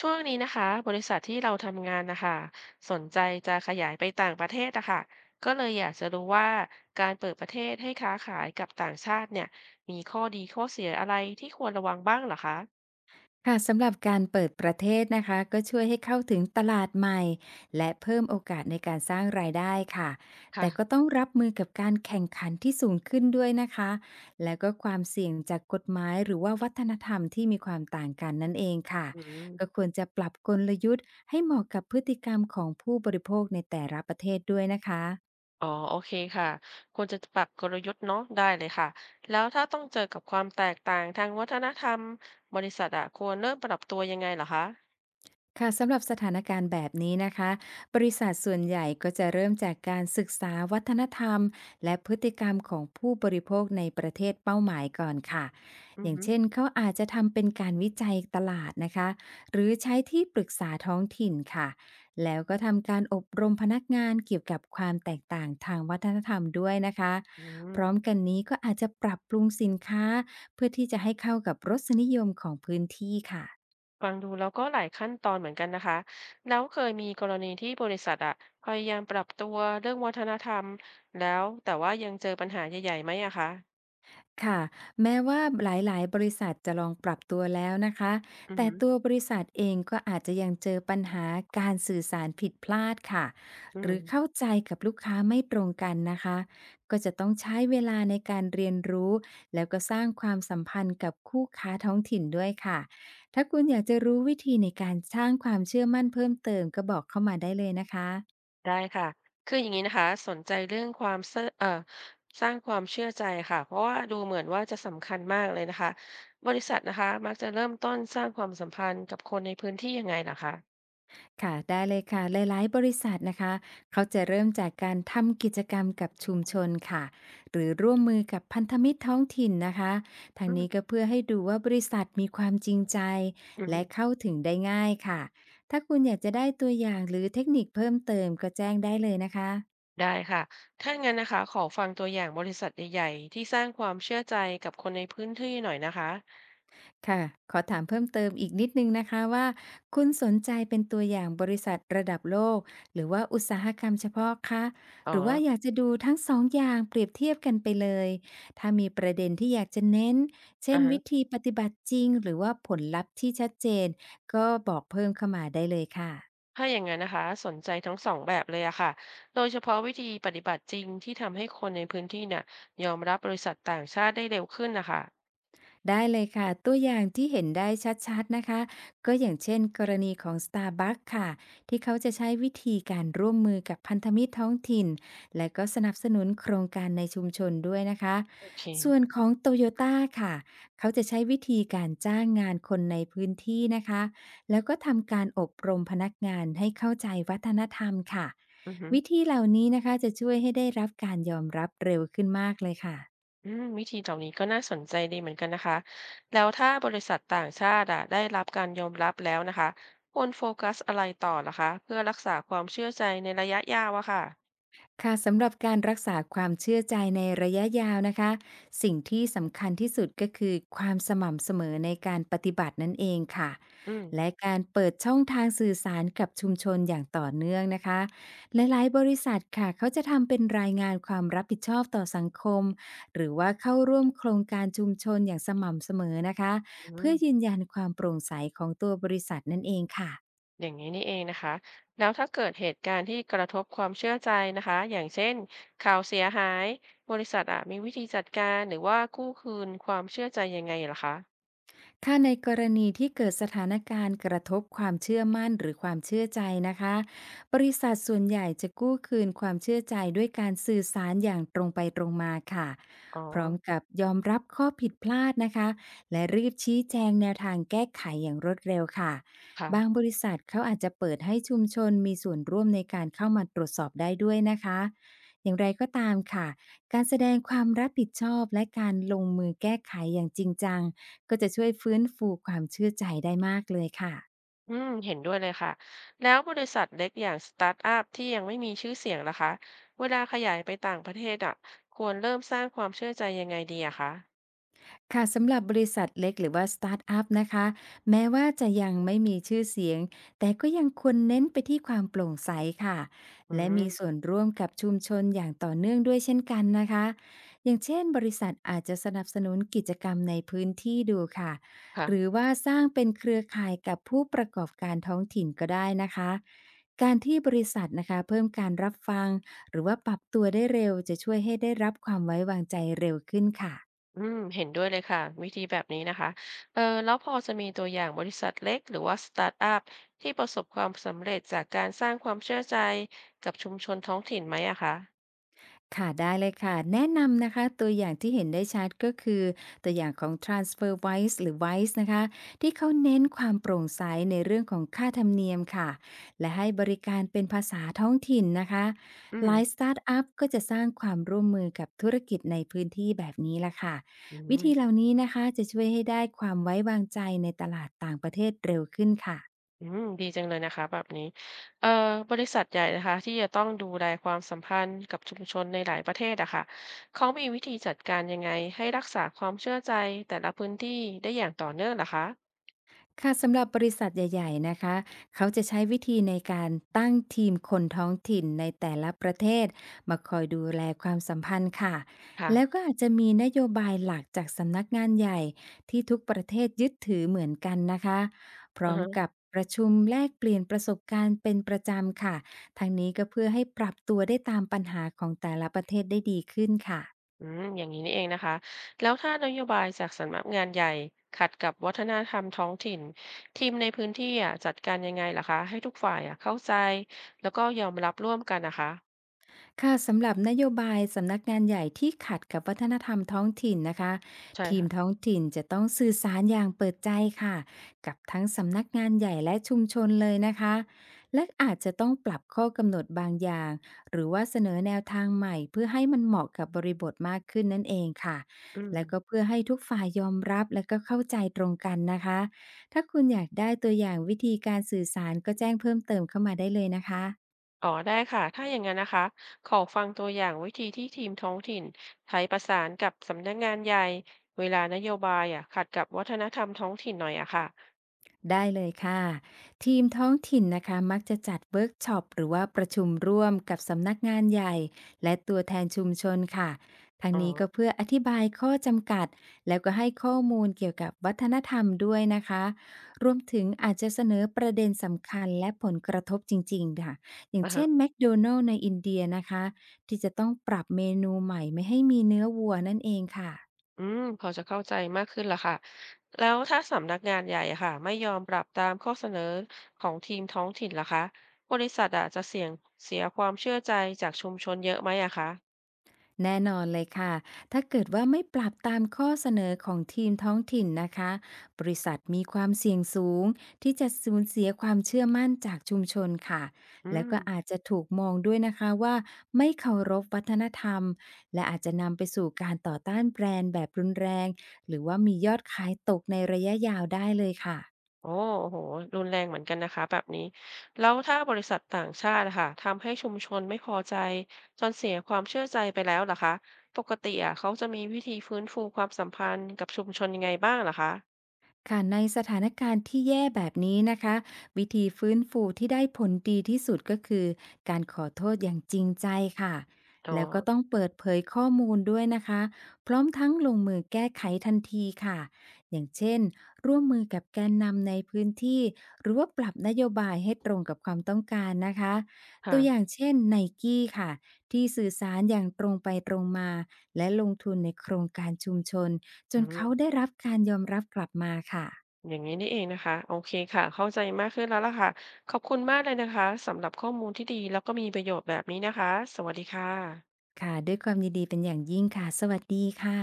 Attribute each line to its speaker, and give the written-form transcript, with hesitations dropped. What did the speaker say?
Speaker 1: ช่วงนี้นะคะบริษัทที่เราทำงานนะคะสนใจจะขยายไปต่างประเทศนะคะก็เลยอยากจะรู้ว่าการเปิดประเทศให้ค้าขายกับต่างชาติเนี่ยมีข้อดีข้อเสียอะไรที่ควรระวังบ้างเหรอคะ
Speaker 2: ค่ะสำหรับการเปิดประเทศนะคะก็ช่วยให้เข้าถึงตลาดใหม่และเพิ่มโอกาสในการสร้างรายได้ค่ะ
Speaker 1: ค่ะ
Speaker 2: แต่ก็ต้องรับมือกับการแข่งขันที่สูงขึ้นด้วยนะคะและก็ความเสี่ยงจากกฎหมายหรือว่าวัฒนธรรมที่มีความต่างกันนั่นเองค่ะ
Speaker 1: อืม
Speaker 2: ก็ควรจะปรับกลยุทธ์ให้เหมาะกับพฤติกรรมของผู้บริโภคในแต่ละประเทศด้วยนะคะ
Speaker 1: อ๋อโอเคค่ะควรจะปรับกลยุทธ์เนาะได้เลยค่ะแล้วถ้าต้องเจอกับความแตกต่างทางวัฒนธรรมบริษัทอะควรเริ่มปรับตัวยังไงเหรอคะ
Speaker 2: ค่ะสำหรับสถานการณ์แบบนี้นะคะบริษัทส่วนใหญ่ก็จะเริ่มจากการศึกษาวัฒนธรรมและพฤติกรรมของผู้บริโภคในประเทศเป้าหมายก่อนค่ะ
Speaker 1: อื
Speaker 2: อ
Speaker 1: อ
Speaker 2: ย่าง
Speaker 1: ฮึ
Speaker 2: เช่นเขาอาจจะทำเป็นการวิจัยตลาดนะคะหรือใช้ที่ปรึกษาท้องถิ่นค่ะแล้วก็ทำการอบรมพนักงานเกี่ยวกับความแตกต่างทางวัฒนธรรมด้วยนะคะ
Speaker 1: อื
Speaker 2: พร้อม
Speaker 1: ม
Speaker 2: กันนี้ก็อาจจะปรับปรุงสินค้าเพื่อที่จะให้เข้ากับรสนิยมของพื้นที่ค่ะ
Speaker 1: ฟังดูแล้วก็หลายขั้นตอนเหมือนกันนะคะแล้วเคยมีกรณีที่บริษัทอะพยายามปรับตัวเรื่องวัฒนธรรมแล้วแต่ว่ายังเจอปัญหาใหญ่ๆไหมอะคะ
Speaker 2: ค่ะแม้ว่าหลายๆ บริษัทจะลองปรับตัวแล้วนะคะ
Speaker 1: อือ
Speaker 2: แต่
Speaker 1: หือ
Speaker 2: ตัวบริษัทเองก็อาจจะยังเจอปัญหาการสื่อสารผิดพลาดค่ะ
Speaker 1: อื
Speaker 2: หรือ
Speaker 1: ม
Speaker 2: เข้าใจกับลูกค้าไม่ตรงกันนะคะก็จะต้องใช้เวลาในการเรียนรู้แล้วก็สร้างความสัมพันธ์กับคู่ค้าท้องถิ่นด้วยค่ะถ้าคุณอยากจะรู้วิธีในการสร้างความเชื่อมั่นเพิ่มเติมก็บอกเข้ามาได้เลยนะคะ
Speaker 1: ได้ค่ะคืออย่างนี้นะคะสนใจเรื่องความเชื่อสร้างความเชื่อใจค่ะเพราะว่าดูเหมือนว่าจะสำคัญมากเลยนะคะบริษัทนะคะมักจะเริ่มต้นสร้างความสัมพันธ์กับคนในพื้นที่ยังไงล่ะคะ
Speaker 2: ค่ะได้เลยค่ะหลายๆบริษัทนะคะเขาจะเริ่มจากการทำกิจกรรมกับชุมชนค่ะหรือร่วมมือกับพันธมิตรท้องถิ่นนะคะทา
Speaker 1: อื
Speaker 2: งนี้ก็
Speaker 1: ม
Speaker 2: เพื่อให้ดูว่าบริษัทมีความจริงใจ
Speaker 1: อื
Speaker 2: และ
Speaker 1: ม
Speaker 2: เข้าถึงได้ง่ายค่ะถ้าคุณอยากจะได้ตัวอย่างหรือเทคนิคเพิ่มเติมก็แจ้งได้เลยนะคะ
Speaker 1: ได้ค่ะถ้างั้นนะคะขอฟังตัวอย่างบริษัทใหญ่ๆที่สร้างความเชื่อใจกับคนในพื้นที่หน่อยนะคะ
Speaker 2: ค่ะ ขอถามเพิ่มเติมอีกนิดหนึ่งนะคะว่าคุณสนใจเป็นตัวอย่างบริษัทระดับโลกหรือว่าอุตสาหกรรมเฉพาะคะ
Speaker 1: อ๋อ
Speaker 2: หรือว่าอยากจะดูทั้งสองอย่างเปรียบเทียบกันไปเลยถ้ามีประเด็นที่อยากจะเน้นเช่
Speaker 1: อ่า
Speaker 2: น
Speaker 1: ฮะ
Speaker 2: วิธีปฏิบัติจริงหรือว่าผลลัพธ์ที่ชัดเจนก็บอกเพิ่มเข้ามาได้เลยค่ะ
Speaker 1: ถ้าอย่างนั้นนะคะสนใจทั้งสองแบบเลยอะค่ะโดยเฉพาะวิธีปฏิบัติจริงที่ทำให้คนในพื้นที่เนี่ยยอมรับบริษัทต่างชาติได้เร็วขึ้นนะคะ
Speaker 2: ได้เลยค่ะตัวอย่างที่เห็นได้ชัดๆนะคะก็อย่างเช่นกรณีของ Starbucks ค่ะที่เขาจะใช้วิธีการร่วมมือกับพันธมิตรท้องถิ่นและก็สนับสนุนโครงการในชุมชนด้วยนะคะ
Speaker 1: โอเค
Speaker 2: ส่วนของ Toyota ค่ะเขาจะใช้วิธีการจ้างงานคนในพื้นที่นะคะแล้วก็ทำการอบรมพนักงานให้เข้าใจวัฒนธรรมค่ะ
Speaker 1: อือฮึ
Speaker 2: วิธีเหล่านี้นะคะจะช่วยให้ได้รับการยอมรับเร็วขึ้นมากเลยค่ะ
Speaker 1: อืมวิธีเหล่านี้ก็น่าสนใจดีเหมือนกันนะคะแล้วถ้าบริษัทต่างชาติอะได้รับการยอมรับแล้วนะคะควรโฟกัสอะไรต่อล่ะคะเพื่อรักษาความเชื่อใจในระยะยาวอะค่ะ
Speaker 2: ค่ะสำหรับการรักษาความเชื่อใจในระยะยาวนะคะสิ่งที่สำคัญที่สุดก็คือความสม่ำเสมอในการปฏิบัตินั่นเองค่ะ
Speaker 1: อืม
Speaker 2: และการเปิดช่องทางสื่อสารกับชุมชนอย่างต่อเนื่องนะคะหลายๆบริษัทค่ะเขาจะทำเป็นรายงานความรับผิดชอบต่อสังคมหรือว่าเข้าร่วมโครงการชุมชนอย่างสม่ำเสมอนะคะ
Speaker 1: อื
Speaker 2: เพื่อ
Speaker 1: ม
Speaker 2: ยืนยันความโปร่งใสของตัวบริษัทนั่นเองค่ะ
Speaker 1: อย่างนี้นี่เองนะคะแล้วถ้าเกิดเหตุการณ์ที่กระทบความเชื่อใจนะคะอย่างเช่นข่าวเสียหายบริษัทอ่ะมีวิธีจัดการหรือว่ากู้คืนความเชื่อใจยังไงเหรอคะ
Speaker 2: ถ้าในกรณีที่เกิดสถานการณ์กระทบความเชื่อมั่นหรือความเชื่อใจนะคะบริษัทส่วนใหญ่จะกู้คืนความเชื่อใจด้วยการสื่อสารอย่างตรงไปตรงมาค่ะ
Speaker 1: อ๋อ
Speaker 2: พร้อมกับยอมรับข้อผิดพลาดนะคะและรีบชี้แจงแนวทางแก้ไขอย่างรวดเร็วค่ะ
Speaker 1: ค่ะ
Speaker 2: บางบริษัทเขาอาจจะเปิดให้ชุมชนมีส่วนร่วมในการเข้ามาตรวจสอบได้ด้วยนะคะ อย่างไรก็ตามค่ะการแสดงความรับผิดชอบและการลงมือแก้ไขอย่างจริงจัง ก็จะช่วยฟื้นฟูความเชื่อใจได้มากเลยค่ะ
Speaker 1: อืมเห็นด้วยเลยค่ะแล้วบริษัทเล็กอย่างสตาร์ทอัพที่ยังไม่มีชื่อเสียงล่ะคะเวลาขยายไปต่างประเทศอ่ะควรเริ่มสร้างความเชื่อใจยังไงดีอะคะ
Speaker 2: ค่ะสำหรับบริษัทเล็กหรือว่าสตาร์ทอัพนะคะแม้ว่าจะยังไม่มีชื่อเสียงแต่ก็ยังควรเน้นไปที่ความโปร่งใสค่ะ
Speaker 1: อื
Speaker 2: และ
Speaker 1: ม
Speaker 2: มีส่วนร่วมกับชุมชนอย่างต่อเนื่องด้วยเช่นกันนะคะอย่างเช่นบริษัทอาจจะสนับสนุนกิจกรรมในพื้นที่ดูค่ะหรือ
Speaker 1: ค่ะ
Speaker 2: ว่าสร้างเป็นเครือข่ายกับผู้ประกอบการท้องถิ่นก็ได้นะคะการที่บริษัทนะคะเพิ่มการรับฟังหรือว่าปรับตัวได้เร็วจะช่วยให้ได้รับความไว้วางใจเร็วขึ้นค่ะ
Speaker 1: อืมเห็นด้วยเลยค่ะวิธีแบบนี้นะคะเออแล้วพอจะมีตัวอย่างบริษัทเล็กหรือว่าสตาร์ทอัพที่ประสบความสำเร็จจากการสร้างความเชื่อใจกับชุมชนท้องถิ่นไหมอะคะ
Speaker 2: ค่ะได้เลยค่ะแนะนำนะคะตัวอย่างที่เห็นได้ชัดก็คือตัวอย่างของ TransferWise หรือ Wise นะคะที่เขาเน้นความโปร่งใสในเรื่องของค่าธรรมเนียมค่ะและให้บริการเป็นภาษาท้องถิ่นนะคะ
Speaker 1: อืม
Speaker 2: หลายสตาร์ทอัพก็จะสร้างความร่วมมือกับธุรกิจในพื้นที่แบบนี้ละค่ะ
Speaker 1: อื
Speaker 2: วิ
Speaker 1: ม
Speaker 2: ธีเหล่านี้นะคะจะช่วยให้ได้ความไว้วางใจในตลาดต่างประเทศเร็วขึ้นค่ะ
Speaker 1: อืมดีจังเลยนะคะแบบนี้เออบริษัทใหญ่นะคะที่จะต้องดูแลความสัมพันธ์กับชุมชนในหลายประเทศอะค่ะเขามีวิธีจัดการยังไงให้รักษาความเชื่อใจแต่ละพื้นที่ได้อย่างต่อเนื่องเหรอคะ
Speaker 2: ค่ะสำหรับบริษัทใหญ่ๆ นะคะ เขาจะใช้วิธีในการตั้งทีมคนท้องถิ่นในแต่ละประเทศมาคอยดูแลความสัมพันธ์ค่ะ
Speaker 1: ค่
Speaker 2: แล้วก็อาจจะมีนโยบายหลักจากสำนักงานใหญ่ที่ทุกประเทศยึดถือเหมือนกันนะคะ พร้อม
Speaker 1: ะ
Speaker 2: กับประชุมแลกเปลี่ยนประสบการณ์เป็นประจำค่ะทั้งนี้ก็เพื่อให้ปรับตัวได้ตามปัญหาของแต่ละประเทศได้ดีขึ้นค่ะ
Speaker 1: อืมอย่างนี้นี่เองนะคะแล้วถ้านโยบายจากสำนักงานใหญ่ขัดกับวัฒนธรรมท้องถิ่นทีมในพื้นที่อ่ะจัดการยังไงล่ะคะให้ทุกฝ่ายอ่ะเข้าใจแล้วก็ยอมรับร่วมกันนะคะ
Speaker 2: ค่ะสำหรับนโยบายสำนักงานใหญ่ที่ขัดกับวัฒนธรรมท้องถิ่นนะคะ
Speaker 1: ใช่
Speaker 2: ทีม
Speaker 1: ค่ะ
Speaker 2: ท้องถิ่นจะต้องสื่อสารอย่างเปิดใจค่ะกับทั้งสำนักงานใหญ่และชุมชนเลยนะคะและอาจจะต้องปรับข้อกำหนดบางอย่างหรือว่าเสนอแนวทางใหม่เพื่อให้มันเหมาะกับบริบทมากขึ้นนั่นเองค่ะ
Speaker 1: อืม
Speaker 2: และก็เพื่อให้ทุกฝ่ายยอมรับและก็เข้าใจตรงกันนะคะถ้าคุณอยากได้ตัวอย่างวิธีการสื่อสารก็แจ้งเพิ่มเติมเข้ามาได้เลยนะคะ
Speaker 1: อ๋อได้ค่ะถ้าอย่างนั้นนะคะขอฟังตัวอย่างวิธีที่ทีมท้องถิ่นไทยประสานกับสำนักงานใหญ่เวลานโยบายอ่ะขัดกับวัฒนธรรมท้องถิ่นหน่อยอะค่ะ
Speaker 2: ได้เลยค่ะทีมท้องถิ่นนะคะมักจะจัดเวิร์กช็อปหรือว่าประชุมร่วมกับสำนักงานใหญ่และตัวแทนชุมชนค่ะทาง
Speaker 1: อ๋อ
Speaker 2: นี้ก็เพื่ออธิบายข้อจำกัดแล้วก็ให้ข้อมูลเกี่ยวกับวัฒนธรรมด้วยนะคะรวมถึงอาจจะเสนอประเด็นสำคัญและผลกระทบจริงๆค่ะอย่าง
Speaker 1: อ่าฮะ
Speaker 2: เช่นแมคโดนัลล์ในอินเดียนะคะที่จะต้องปรับเมนูใหม่ไม่ให้มีเนื้อวัวนั่นเองค่ะ
Speaker 1: อืมพอจะเข้าใจมากขึ้นละค่ะแล้วถ้าสำนักงานใหญ่อะค่ะไม่ยอมปรับตามข้อเสนอของทีมท้องถิ่นล่ะคะบริษัทอะจะเสี่ยงเสียความเชื่อใจจากชุมชนเยอะไหมอะคะ
Speaker 2: แน่นอนเลยค่ะ ถ้าเกิดว่าไม่ปรับตามข้อเสนอของทีมท้องถิ่นนะคะบริษัทมีความเสี่ยงสูงที่จะสูญเสียความเชื่อมั่นจากชุมชนค่ะ
Speaker 1: อื
Speaker 2: แล้ว
Speaker 1: ม
Speaker 2: ก็อาจจะถูกมองด้วยนะคะว่าไม่เคารพวัฒนธรรม และอาจจะนำไปสู่การต่อต้านแบรนด์แบบรุนแรง หรือว่ามียอดขายตกในระยะยาวได้เลยค่ะ
Speaker 1: โอ้โหรุนแรงเหมือนกันนะคะแบบนี้แล้วถ้าบริษัทต่างชาติอะค่ะทำให้ชุมชนไม่พอใจจนเสียความเชื่อใจไปแล้วล่ะคะปกติอะเขาจะมีวิธีฟื้นฟูความสัมพันธ์กับชุมชนยังไงบ้างล่ะคะ
Speaker 2: ค่ะในสถานการณ์ที่แย่แบบนี้นะคะวิธีฟื้นฟูที่ได้ผลดีที่สุดก็คือการขอโทษอย่างจริงใจค่ะ
Speaker 1: อ๋อ
Speaker 2: แล้วก็ต้องเปิดเผยข้อมูลด้วยนะคะพร้อมทั้งลงมือแก้ไขทันทีค่ะอย่างเช่นร่วมมือกับแกนนำในพื้นที่หรือว่าปรับนโยบายให้ตรงกับความต้องการนะคะตัวอย่า
Speaker 1: ค่ะ
Speaker 2: งเช่นไนกี้ค่ะที่สื่อสารอย่างตรงไปตรงมาและลงทุนในโครงการชุมชน จ
Speaker 1: อื
Speaker 2: นเขา
Speaker 1: ม
Speaker 2: ได้รับการยอมรับกลับมาค่ะ
Speaker 1: อย่างนี้นี่เองนะคะโอเคค่ะเข้าใจมากขึ้นแล้วล่ะค่ะขอบคุณมากเลยนะคะสำหรับข้อมูลที่ดีแล้วก็มีประโยชน์แบบนี้นะคะสวัสดีค่ะ
Speaker 2: ค่ะด้วยความยินดีเป็นอย่างยิ่งค่ะ สวัสดีค่ะ